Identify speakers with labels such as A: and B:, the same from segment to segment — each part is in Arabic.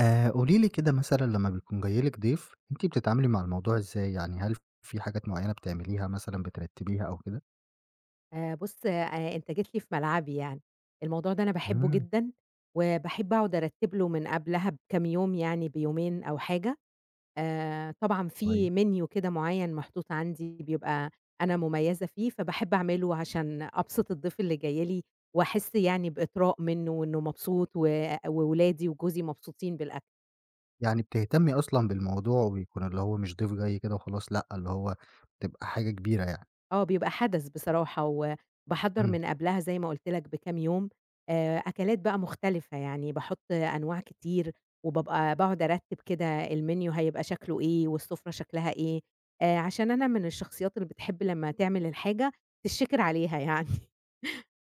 A: قولي لي كده مثلًا لمّا بيكون جاي لِك ضيف، أنتِ بتتعاملي مع الموضوع إزاي؟ يعني هل في حاجات معيّنة بتعمليها مثلًا بترتّبيها أو كده؟
B: بُص، أنت جيت لي في ملعبي يعني، الموضوع ده أنا باحبه
A: إمم،
B: جدًا، وباحب أقعد أرتّب له من قبلها بكام يوم يعني بيومين أو حاجة، طبعًا
A: كويس.
B: في menu كده معيّن محطوط عندي بيبقى أنا مميّزة فيه، فباحب أعمله عشان أبسط الضيف اللي جاي لي، وأحس يعني بإطراء منه وإنه مبسوط و وولادي وجوزي مبسوطين بالأكل.
A: يعني بتهتمي أصلًا بالموضوع ويكون اللي هو مش ضيف جاي كده وخلاص، لأ، اللي هو بتبقى حاجة كبيرة يعني.
B: آه، بيبقى حدث بصراحة، وباحضّر
A: إمم،
B: من قبلها زي ما قُلت لك بكام يوم، أكلات بقى مختلفة، يعني باحُط أنواع كتير، وبابقى باقعد أرتّب كده الmenu هيبقى شكله إيه، والسفرة شكلها إيه، عشان أنا من الشخصيات اللي بتحب لمّا تعمل الحاجة تشّكر عليها يعني.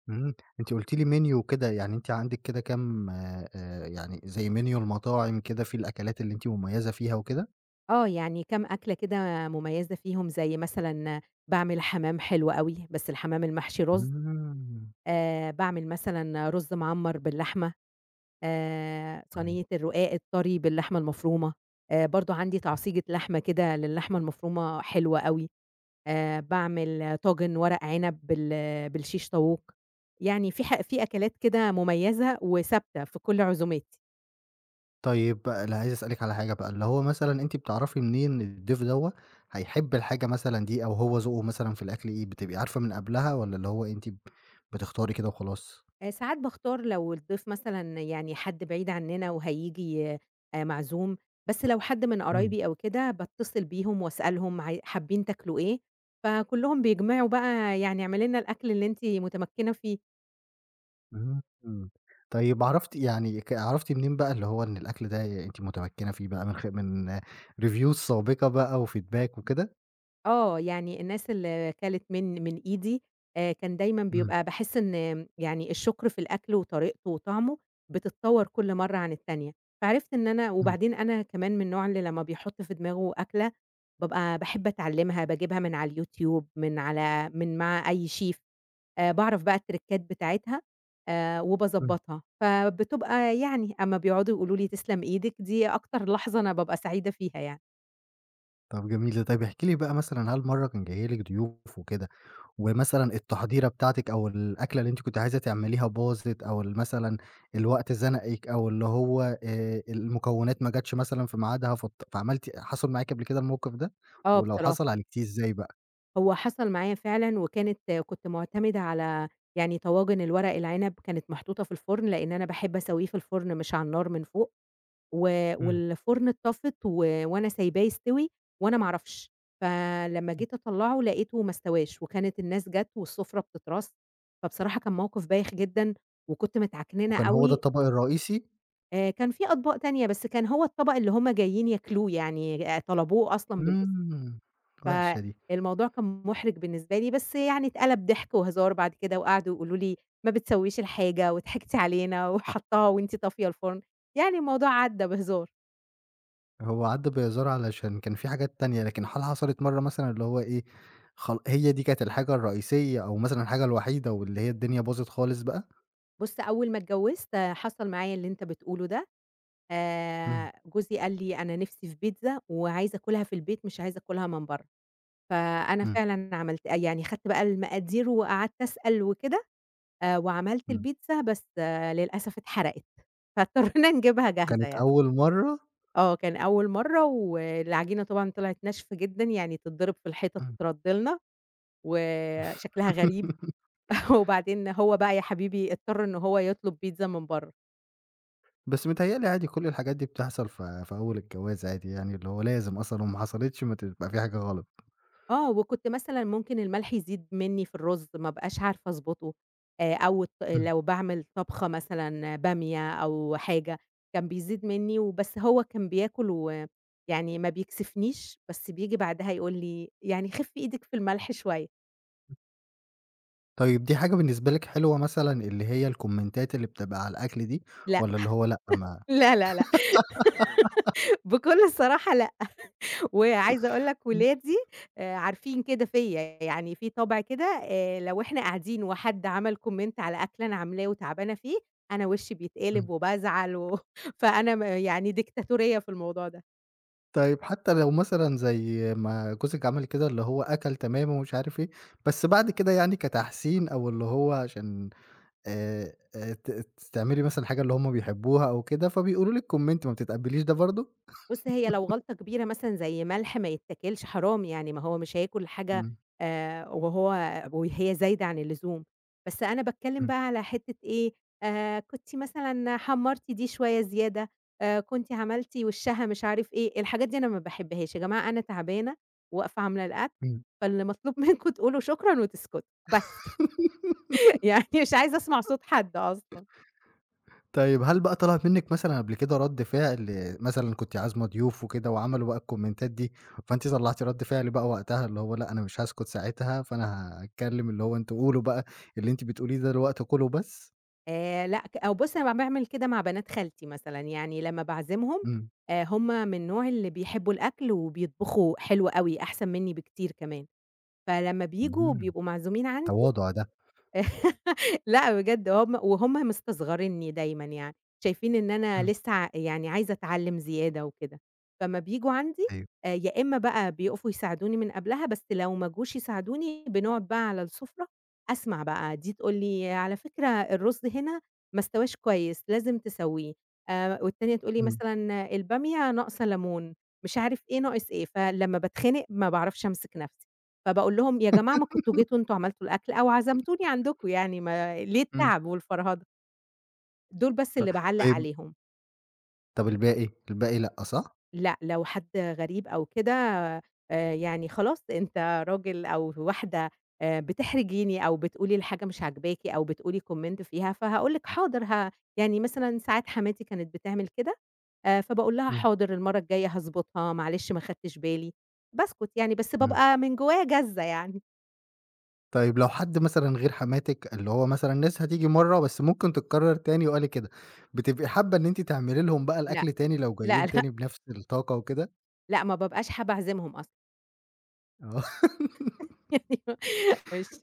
A: إمم. أنتِ قُلتِ لي menu وكده، يعني أنتِ عندِك كده كام يعني زي menu المطاعم كده فيه الأكلات اللي أنتِ مميّزة فيها وكده؟
B: آه، يعني كام أكلة كده مميزة فيهم، زي مثلًا باعمل حمام حلو أوي، بس الحمام المحشي رُز،
A: إمم.
B: باعمل مثلًا رُز معمّر باللحمة. صينية
A: أيوه.
B: الرقاق الطري باللحمة المفرومة، برضه عندي تعصيجة لحمة كده للحمة المفرومة حلوة أوي، باعمل طاجن ورق عنب بالشيش طاووق، يعني في أكلات كده مميزة وثابتة في كل عزوماتي.
A: طيب أنا عايز أسألِك على حاجة بقى، اللي هو مثلًا أنتِ بتعرفي منين إن الضيف دوّة هيحب الحاجة مثلًا دي أو هو ذوقه مثلًا في الأكل إيه، بتبقي عارفة من قبلها والّا اللي هو أنتِ بتختاري كده وخلاص؟
B: ساعات باختار لو الضيف مثلًا يعني حد بعيد عننا وهييجي معزوم، بس لو حد من
A: إمم،
B: قرايبي أو كده باتصل بيهم وأسألهم عاي حابين تاكلوا إيه، فكلّهم بيجمعوا بقى يعني اعملي لنا الأكل اللي أنتِ متمكنة فيه.
A: إمم، طيب عرفتِ يعني عرفتِ منين بقى اللي هو إن الأكل ده أنتِ متمكنة فيه بقى من من reviews سابقة بقى وfeedback وكده؟
B: آه، يعني الناس اللي كَلِت من إيدي كان دايمًا
A: إمم،
B: بيبقى باحس إن يعني الشُكر في الأكل وطريقته وطعمه بتتطوّر كل مرّة عن التانية، فعرفت إن أنا
A: إمم،
B: وبعدين أنا كمان من النوع اللي لمّا بيحُط في دماغه أكلة بابقى باحب أتعلّمها، باجيبها من على اليوتيوب من على من مع أي شيف باعرف بقى التريكات بتاعتها
A: إمم،
B: وباضبّطها، فبتبقى يعني أمّا بيقعدوا يقولوا لي تسلم إيدِك دي أكتر لحظة أنا بابقى سعيدة فيها يعني،
A: طب جميل ده، طيب احكي لي بقى مثلًا هل مرّة كان جاي لِك ضيوف وكده، ومثلًا التحضيرة بتاعتِك أو الأكلة اللي أنتِ كنتِ عايزة تعمليها باظت أو مثلًا الوقت زنقِك أو اللي هو المكونات ما جاتش مثلًا في ميعادها فاضط فعملتِ حصل معاكِ قبل كده الموقف ده؟
B: آه
A: ولو حصل
B: بصراحة.
A: عالجتيه إزاي بقى؟
B: هو حصل معايا فعلًا، وكانت كنت معتمدة على يعني طواجن الورق العنب كانت محطوطة في الفرن، لإن أنا باحب أسويه في الفرن مش على النار من فوق، و
A: إمم.
B: والفرن اتطفت و وأنا سايباه يستوي وأنا ما أعرفش، فلمّا جيت أطلّعه لقيته ما استواش، وكانت الناس جات والسفرة بتترص، فبصراحة كان موقف بايخ جدًا، وكنت متعكننة
A: وكان هو ده
B: أوي،
A: الطبق الرئيسي؟
B: كان في أطباق تانية بس كان هو الطبق اللي هُم جايين ياكلوه يعني طلبوه أصلًا بالاسم.
A: إمم، وحشة دي.
B: فالموضوع كان مُحرِج بالنسبة لي، بس يعني اتقلب ضحك وهزار بعد كده، وقعدوا يقولوا لي: "ما بتسويش الحاجة، وضحكتِ علينا، وحطّاها وأنتِ طافية الفرن." يعني الموضوع عدّى بهزار.
A: هو عدّى بهزار علشان كان في حاجات تانية، لكن هل حصلت مرّة مثلًا اللي هو إيه، خل هي دي كانت الحاجة الرئيسية أو مثلًا الحاجة الوحيدة واللي هي الدنيا باظت خالص بقى؟
B: بُص، أول ما اتجوّزت حصل معايا اللي أنت بتقوله ده،
A: إمم،
B: جوزي قال لي: "أنا نِفْسي في بيتزا وعايز آكلها في البيت، مش عايز آكلها من برّه." فأنا
A: إمم،
B: فعلًا عملت يعني خدت بقى المقادير وقعدت أسأل وكده، وعملت
A: إمم.
B: البيتزا، بس للأسف اتحرقت، فاضطرينا نجيبها جاهزة
A: كانت
B: يعني.
A: أول مرّة؟
B: آه، كان أول مرّة والعجينة طبعًا طلعت ناشفة جدًا، يعني تتضرب في الحيطة
A: إمم.
B: تترَد لنا وشكلها غريب وبعدين هو بقى يا حبيبي اضطر إن هو يطلب بيتزا من برّه.
A: بس متهيأ لي عادي كل الحاجات دي بتحصل في أول الجواز عادي يعني، اللي هو لازم أصلًا لو ما حصلتش ما تبقى في حاجة غلط.
B: آه، وكنت مثلًا ممكن الملح يزيد منّي في الرُز، ما ابقاش عارفة أضبطه أو الط
A: إمم.
B: لو باعمل طبخة مثلًا بامية أو حاجة، كان بيزيد منّي وبس هو كان بياكل ويعني ما بيكسفنيش، بس بييجي بعدها يقول لي: "يعني خِفّي إيدِك في الملح شوية."
A: طيب دي حاجة بالنسبة لِك حلوة مثلًا اللي هي الكومنتات اللي بتبقى على الأكل دي،
B: لأ،
A: والّا اللي هو لأ ما
B: لا، لا، لأ، بكل صراحة لأ. وعايزة أقول لك
A: إمم،
B: ولادي عارفين كده فيّا، يعني في طَبع كده لو إحنا قاعدين وحد عمل comment على أكل أنا عاملاه وتعبانة فيه، أنا وشّي
A: إمم.
B: بيتقلب وبازعل فأنا يعني ديكتاتورية في الموضوع ده.
A: طيب حتى لو مثلًا زي ما جوزِك عمل كده اللي هو أكل تمام ومش عارف إيه، بس بعد كده يعني كتحسين أو اللي هو عشان ت ت تعملي مثلًا حاجة اللي هُم بيحبوها أو كده، فبيقولوا لِك كومنت ما بتتقبليش ده برضه؟
B: بُص، هي لو غلطة كبيرة مثلًا زي ملح ما يتاكلش حرام يعني، ما هو مش هياكل حاجة
A: إمم،
B: وهو وهي زايدة عن اللزوم، بس أنا باتكلم
A: إمم،
B: بقى على حتّة إيه، كنتِ مثلًا حمّرتِ دي شوية زيادة، كنتِ عملتِ وشّها مش عارف إيه، الحاجات دي أنا ما باحبهاش، يا جماعة أنا تعبانة واقفة عاملة الأكل،
A: إمم.
B: فاللي مطلوب منكم تقولوا شكرًا وتسكتوا، بس يعني مش عايزة أسمع صوت حد أصلًا.
A: طيب هل بقى طلع منِّك مثلًا قبل كده رَد فعل مثلًا كنتِ عازمة ضيوف وكده وعملوا بقى الكومنتات دي، فأنتِ طلّعتِ رَد فعل بقى وقتها اللي هو لأ أنا مش هاسكت ساعتها، فأنا هاتكلم اللي هو أنتم قولوا بقى اللي أنتِ بتقوليه ده دلوقتي كُلوا بس؟
B: لأ، ك أو بُص أنا باعمل كده مع بنات خالتي مثلًا، يعني لمّا باعزمهم
A: إمم.
B: هُم من النوع اللي بيحبوا الأكل وبيطبخوا حلو أوي أحسن منّي بكتير كمان، فلمّا بييجوا
A: إمم،
B: بيبقوا معزومين عندي
A: تواضع ده.
B: لأ بجد هُم مستصغرينّي دايمًا يعني، شايفين إن أنا
A: إمم،
B: لسه يعني عايزة أتعلّم زيادة وكده، فأمّا بييجوا عندي
A: أيوه.
B: يا إمّا بقى بيقفوا يساعدوني من قبلها، بس لو ما جوش يساعدوني بنقعد بقى على السفرة أسمع بقى، دي تقول لي: "على فكرة الرز هنا ما استواش كويس، لازم تسويه." والتانية تقول لي
A: إمم،
B: مثلًا: "البامية ناقصة ليمون." مش عارف إيه ناقص إيه، فلمّا باتخنق ما باعرفش أمسك نفسي. فباقول لهم: "يا جماعة ما كنتم جيتوا أنتم عملتوا الأكل أو عزمتوني عندكم يعني ما ليه
A: إمم.
B: التعب والفرهدة؟" دول بس اللي باعلّق
A: طيب
B: عليهم،
A: طب الباقي، الباقي لأ صح؟
B: لأ لو حد غريب أو كده يعني خلاص أنت راجل أو واحدة بتحرجيني أو بتقولي الحاجة مش عاجباكِ أو بتقولي comment فيها، فهاقول لِك حاضر، يعني مثلًا ساعات حماتي كانت بتعمل كده فباقول لها:
A: إمم،
B: "حاضر المرّة الجاية هاضبطها، معلش ما خدتش بالي." باسكت يعني، بس
A: إمم.
B: بابقى من جوايا جازة يعني.
A: طيب لو حد مثلًا غير حماتِك، اللي هو مثلًا الناس هتيجي مرّة بس ممكن تتكرر تاني وقال لي كده، بتبقي حابة إن أنتِ تعملي لهم بقى
B: لأ،
A: الأكل تاني لو
B: لأ،
A: جايين
B: لأ،
A: تاني بنفس الطاقة وكده؟
B: لأ ما بابقاش حابة أعزمهم أصلًا.
A: آه.
B: أيوه مش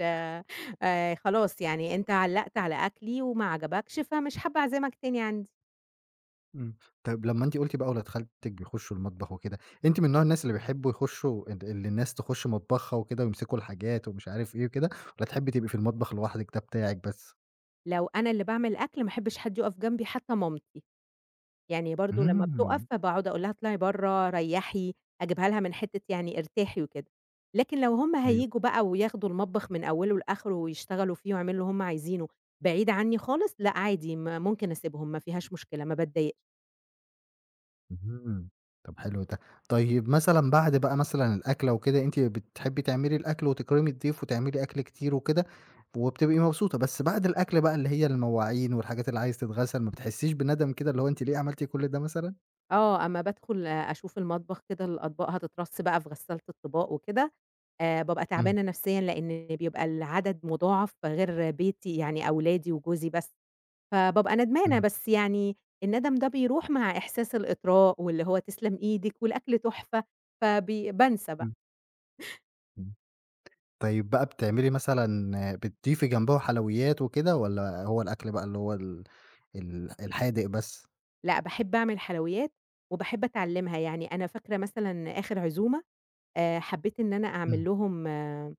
B: خلاص يعني أنت علّقت على أكلي وما عجبكش، فمش حابة أعزمك تاني عندي.
A: إمم. طيب لمّا أنتِ قُلتِ بقى ولاد خالتِك بيخشوا المطبخ وكده، أنتِ من نوع الناس اللي بيحبوا يخشوا ال اللي الناس تخش مطبخها وكده ويمسكوا الحاجات ومش عارف إيه وكده، والّا تحبي تبقي في المطبخ لوحدِك ده بتاعِك بس؟
B: لو أنا اللي باعمل أكل ما احبش حد يُقف جنبي حتى مامتي، يعني برضه لمّا بتُقف
A: إمم.
B: باقعد أقول لها اطلعي برّه، ريّحي، أجيبها لها من حتة يعني ارتاحي وكده. لكن لو هُم
A: أيوه.
B: هييجوا بقى وياخدوا المطبخ من أوله لآخره ويشتغلوا فيه ويعملوا اللي هُم عايزينه بعيد عني خالص، لأ عادي ممكن أسيبهم ما فيهاش مشكلة، ما باتضايقش.
A: اهم، طب حلو ده. طيب مثلًا بعد بقى مثلًا الأكلة وكده، أنتِ بتحبي تعملي الأكل وتكرمي الضيف وتعملي أكل كتير وكده، وبتبقي مبسوطة، بس بعد الأكل بقى اللي هي المواعين والحاجات اللي عايز تتغسل، ما بتحسيش بندم كده اللي هو أنتِ ليه عملتِ كل ده مثلًا؟
B: آه، أمّا بادخل أشوف المطبخ كده الأطباق هتترص بقى في غسالة الطِّباق وكده، بابقى
A: إمم،
B: تعبانة نفسيًا لإن بيبقى العدد مضاعف غير بيتي يعني أولادي وجوزي بس، فبابقى ندمانة
A: إمم،
B: بس يعني الندم ده بيروح مع إحساس الإطراء واللي هو تسلم إيدِك والأكل تحفة، بانسى بقى.
A: إمم، إمم. طيب بقى بتعملي مثلًا آه، بتضيفي جنبه حلويات وكده والّا هو الأكل بقى اللي هو ال ال الحادق بس؟
B: لأ، باحب أعمل حلويات وباحب أتعلّمها، يعني أنا فاكرة مثلًا آخر عزومة حبيت إن أنا أعمل
A: إمم.
B: لهم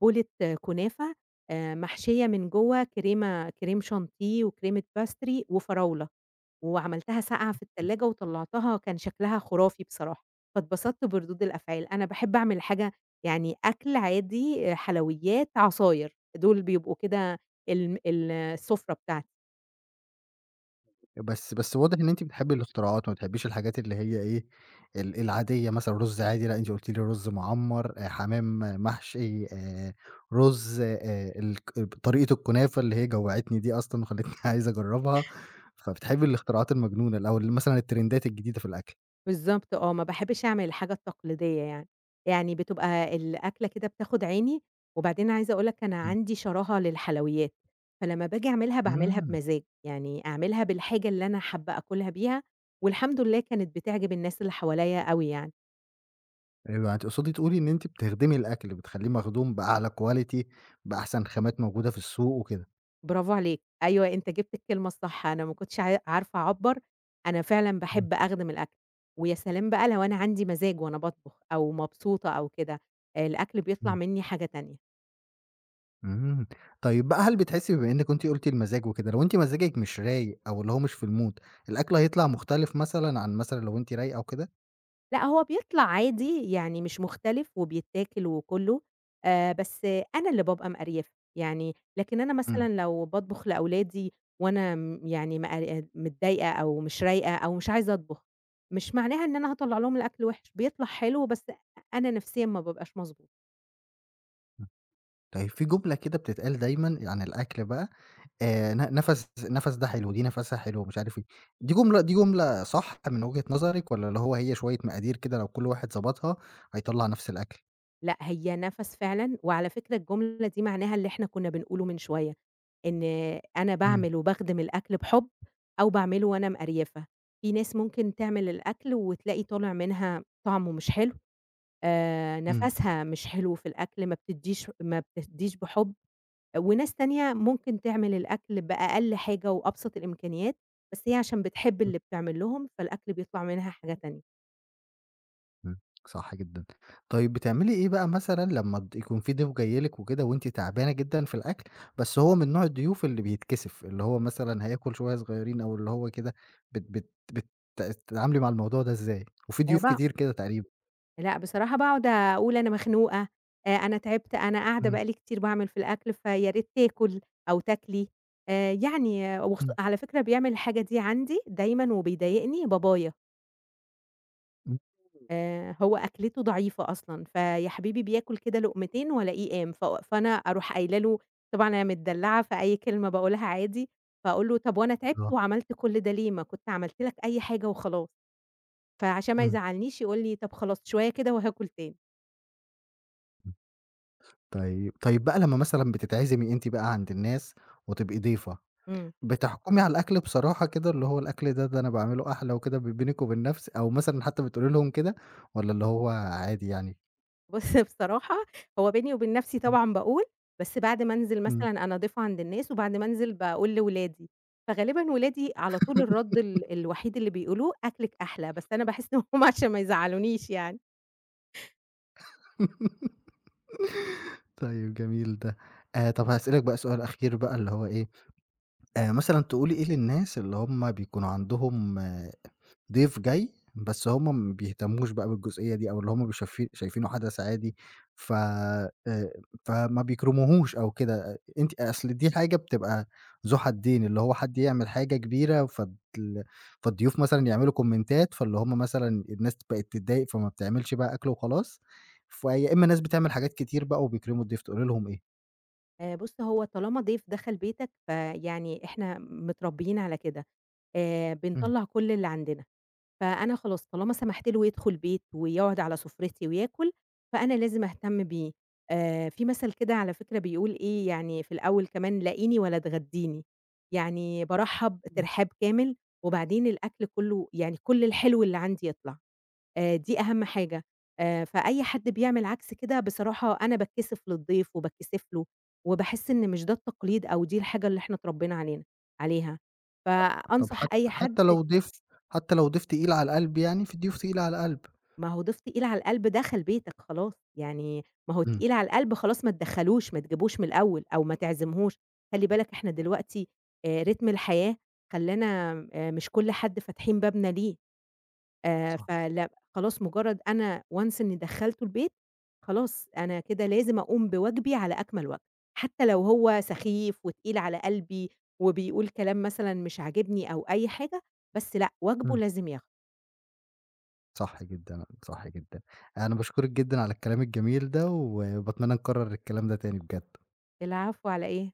B: بولة كنافة محشية من جوّه كريمة كريم شانتيه وكريمة باستري وفراولة، وعملتها ساقعة في التلاجة وطلّعتها كان شكلها خرافي بصراحة، فاتبسطت بردود الأفعال، أنا باحب أعمل حاجة يعني أكل عادي، حلويات، عصاير، دول بيبقوا كده الم ال السفرة بتاعتي.
A: بس واضح إن أنتِ بتحبّي الاختراعات، ما بتحبّيش الحاجات اللي هي إيه، ال العادية مثلًا رُز عادي، لأ أنتِ قُلتِ لي رُز معمّر، حمام محشي، رُز الك طريقة الكنافة اللي هي جوّعتني دي أصلًا وخلّتني عايز أجرّبها، فبتحبّي الاختراعات المجنونة ال أو ال مثلًا الترندات الجديدة في الأكل.
B: بالضبط آه، ما باحبش أعمل الحاجة التقليدية يعني، يعني بتبقى الأكلة كده بتاخد عيني، وبعدين عايزة أقول لك أنا
A: إمم،
B: عندي شراهة للحلويات، فلمّا باجي أعملها باعملها
A: إمم،
B: بمزاج، يعني أعملها بالحاجة اللي أنا حابة آكلها بيها، والحمد لله كانت بتعجب الناس اللي حواليّا أوي يعني،
A: أيوه، يعني تقصدي تقولي إن أنتِ بتخدمي الأكل، بتخلّيه مخدوم بأعلى quality بأحسن خامات موجودة في السوق وكده.
B: برافو عليك، أيوه أنت جِبت الكلمة الصح، أنا ما كنتش عارفة أعبّر، أنا فعلًا
A: إمم،
B: باحب أخدم الأكل، ويا سلام بقى لو أنا عندي مزاج وأنا باطبخ أو مبسوطة أو كده، آه، الأكل بيطلع
A: إمم.
B: مني حاجة تانية.
A: إمم. طيب بقى هل بتحسّي بما إنِّك أنتِ قُلتِ المزاج وكده، لو أنتِ مزاجِك مش رايق أو اللي هو مش في الmood الأكل هيطلع مختلف مثلًا عن مثلًا لو أنتِ رايقة وكده؟
B: لأ، هو بيطلع عادي، يعني مش مختلف وبيتاكل وكُلّه، بس أنا اللي بابقى مقريفة، يعني لكن أنا مثلًا
A: إمم،
B: لو باطبخ لأولادي وأنا يعني متضايقة أو مش رايقة أو مش عايزة أطبخ، مش معناها إن أنا هاطلّع لهم الأكل وِحِش، بيطلع حلو بس أنا نفسيًا ما بابقاش مضبوط.
A: إمم. طيب في جملة كده بتتقال دايمًا عن الأكل بقى ن نَفَس نَفَس ده حلو، دي نَفَسها حلو مش عارف إيه، دي جملة دي جملة صح من وجهة نظرِك والّا اللي هو هي شوية مقادير كده لو كل واحد ضبطها هيطلّع نَفْس الأكل؟
B: لأ، هي نَفَس فعلًا، وعلى فكرة الجملة دي معناها اللي إحنا كنا بنقوله من شوية، إن أنا
A: إمم،
B: باعمل وباخدم الأكل بحُب أو باعمله وأنا مقريفة، في ناس ممكن تعمل الأكل وتلاقي طالع منها طعمه مش حلو،
A: إمم.
B: نَفَسها مش حلو في الأكل، ما بتدّيش بحُب، وناس تانية ممكن تعمل الأكل بأقل حاجة وأبسط الإمكانيات، بس هي عشان بتحب اللي بتعمل لهم، فالأكل بيطلع منها حاجة تانية.
A: إمم، صح جدًا. طيب بتعملي إيه بقى مثلًا لمّا يكون في ضيف جاي لِك وكده وأنتِ تعبانة جدًا في الأكل، بس هو من نوع الضيوف اللي بيتكسف، اللي هو مثلًا هياكل شوية صغيرين أو اللي هو كده، بت بت بت بتتعاملي مع الموضوع ده إزاي؟ وفي ضيوف
B: باع
A: كتير كده تقريبًا.
B: لأ، بصراحة باقعد أقول أنا مخنوقة، أنا تعبت، أنا قاعدة
A: إمم،
B: بقى لي كتير باعمل في الأكل فيا ريت تاكل أو تاكلي، يعني وخصو
A: إمم،
B: على فكرة بيعمل الحاجة دي عندي دايمًا وبيضايقني بابايا،
A: إمم،
B: هو أكلته ضعيفة أصلًا، فيا حبيبي بياكل كده لقمتين والاقيه قام، فأنا أروح قايلة له طبعًا أنا متدلعة فأي كلمة باقولها عادي، فأقول له: "طب وأنا تعبت
A: آه،
B: وعملت كل ده ليه؟ ما كنت عملت لك أي حاجة وخلاص." فعشان ما
A: إمم،
B: يزعلنيش يقول لي: "طب خلاص شوية كده وهاكل تاني."
A: إمم. طيب طيب بقى لمّا مثلًا بتتعزمي أنتِ بقى عند الناس وتبقي ضيفة،
B: إمم.
A: بتحكمي على الأكل بصراحة كده، اللي هو الأكل ده ده أنا باعمله أحلى وكده بينِك وبين نفسِك، أو مثلًا حتى بتقولي لهم كده، والّا اللي هو عادي يعني؟
B: بُص بصراحة هو بيني وبين نَفْسي
A: إمم،
B: طبعًا باقول، بس بعد ما أنزل
A: إمم.
B: مثلًا أنا ضيفة عند الناس، وبعد ما أنزل باقول لولادي، فغالبًا ولادي على طول الرَد الوحيد اللي بيقولوه أكلِك أحلى، بس أنا باحس إن هُم عشان ما يزعّلونيش يعني.
A: طيب جميل ده. طب هاسألِك بقى سؤال أخير بقى اللي هو إيه، مثلًا تقولي إيه للناس اللي هُم بيكونوا عندهم ضيف جاي، بس هُم ما بيهتموش بقى بالجزئية دي أو اللي هُم بيبقوا شايفينه حدث عادي، ف فما بيكرموهوش أو كده، أنتِ أصل دي حاجة بتبقى ذو حدين، اللي هو حد يعمل حاجة كبيرة فالضيوف مثلًا يعملوا كومنتات، فاللي هُم مثلًا الناس بقت تتضايق فما بتعملش بقى أكل وخلاص، فيا إما ناس بتعمل حاجات كتير بقى وبيكرموا الضيف، تقولي لهم إيه؟
B: بُص هو طالما ضيف دخل بيتك، فيعني إحنا متربيين على كده،
A: إمم،
B: بنطلّع كل اللي عندنا. فأنا خلاص طالما سمحت له يدخل بيت ويقعد على سُفرتي وياكل، فأنا لازم أهتم بيه. في مثل كده على فكرة بيقول إيه، يعني في الأول كمان "لاقيني ولا تغدّيني." يعني بارحّب ترحاب كامل، وبعدين الأكل كُلّه يعني كل الحلو اللي عندي يطلع، دي أهم حاجة. فأي حد بيعمل عكس كده بصراحة أنا باتكسف للضيف وباتكسف له، وباحس إن مش ده التقليد أو دي الحاجة اللي إحنا اتربّينا عليها.
A: طب
B: فأنصح أي حد
A: حتى لو ضيف حتى لو ضيف تقيل على القلب يعني، في ضيوف تقيلة على القلب.
B: ما هو ضيف تقيل على القلب دخل بيتك خلاص، يعني ما هو
A: إمم،
B: تقيل على القلب خلاص ما تدخّلوش، ما تجيبوش من الأول أو ما تعزمهوش، خلّي بالك إحنا دلوقتي رتم الحياة خلّانا مش كل حد فاتحين بابنا ليه،
A: صح،
B: فلا خلاص مجرّد أنا once إني دخّلته البيت، خلاص أنا كده لازم أقوم بواجبي على أكمل وجه، حتى لو هو سخيف وتقيل على قلبي وبيقول كلام مثلًا مش عاجبني أو أي حاجة، بس لأ، واجبه
A: إمم.
B: لازم ياخده.
A: صح جدًا، صح جدًا. أنا باشكرِك جدًا على الكلام الجميل ده، وباتمنى نكرر الكلام ده تاني بجد.
B: العفو على إيه؟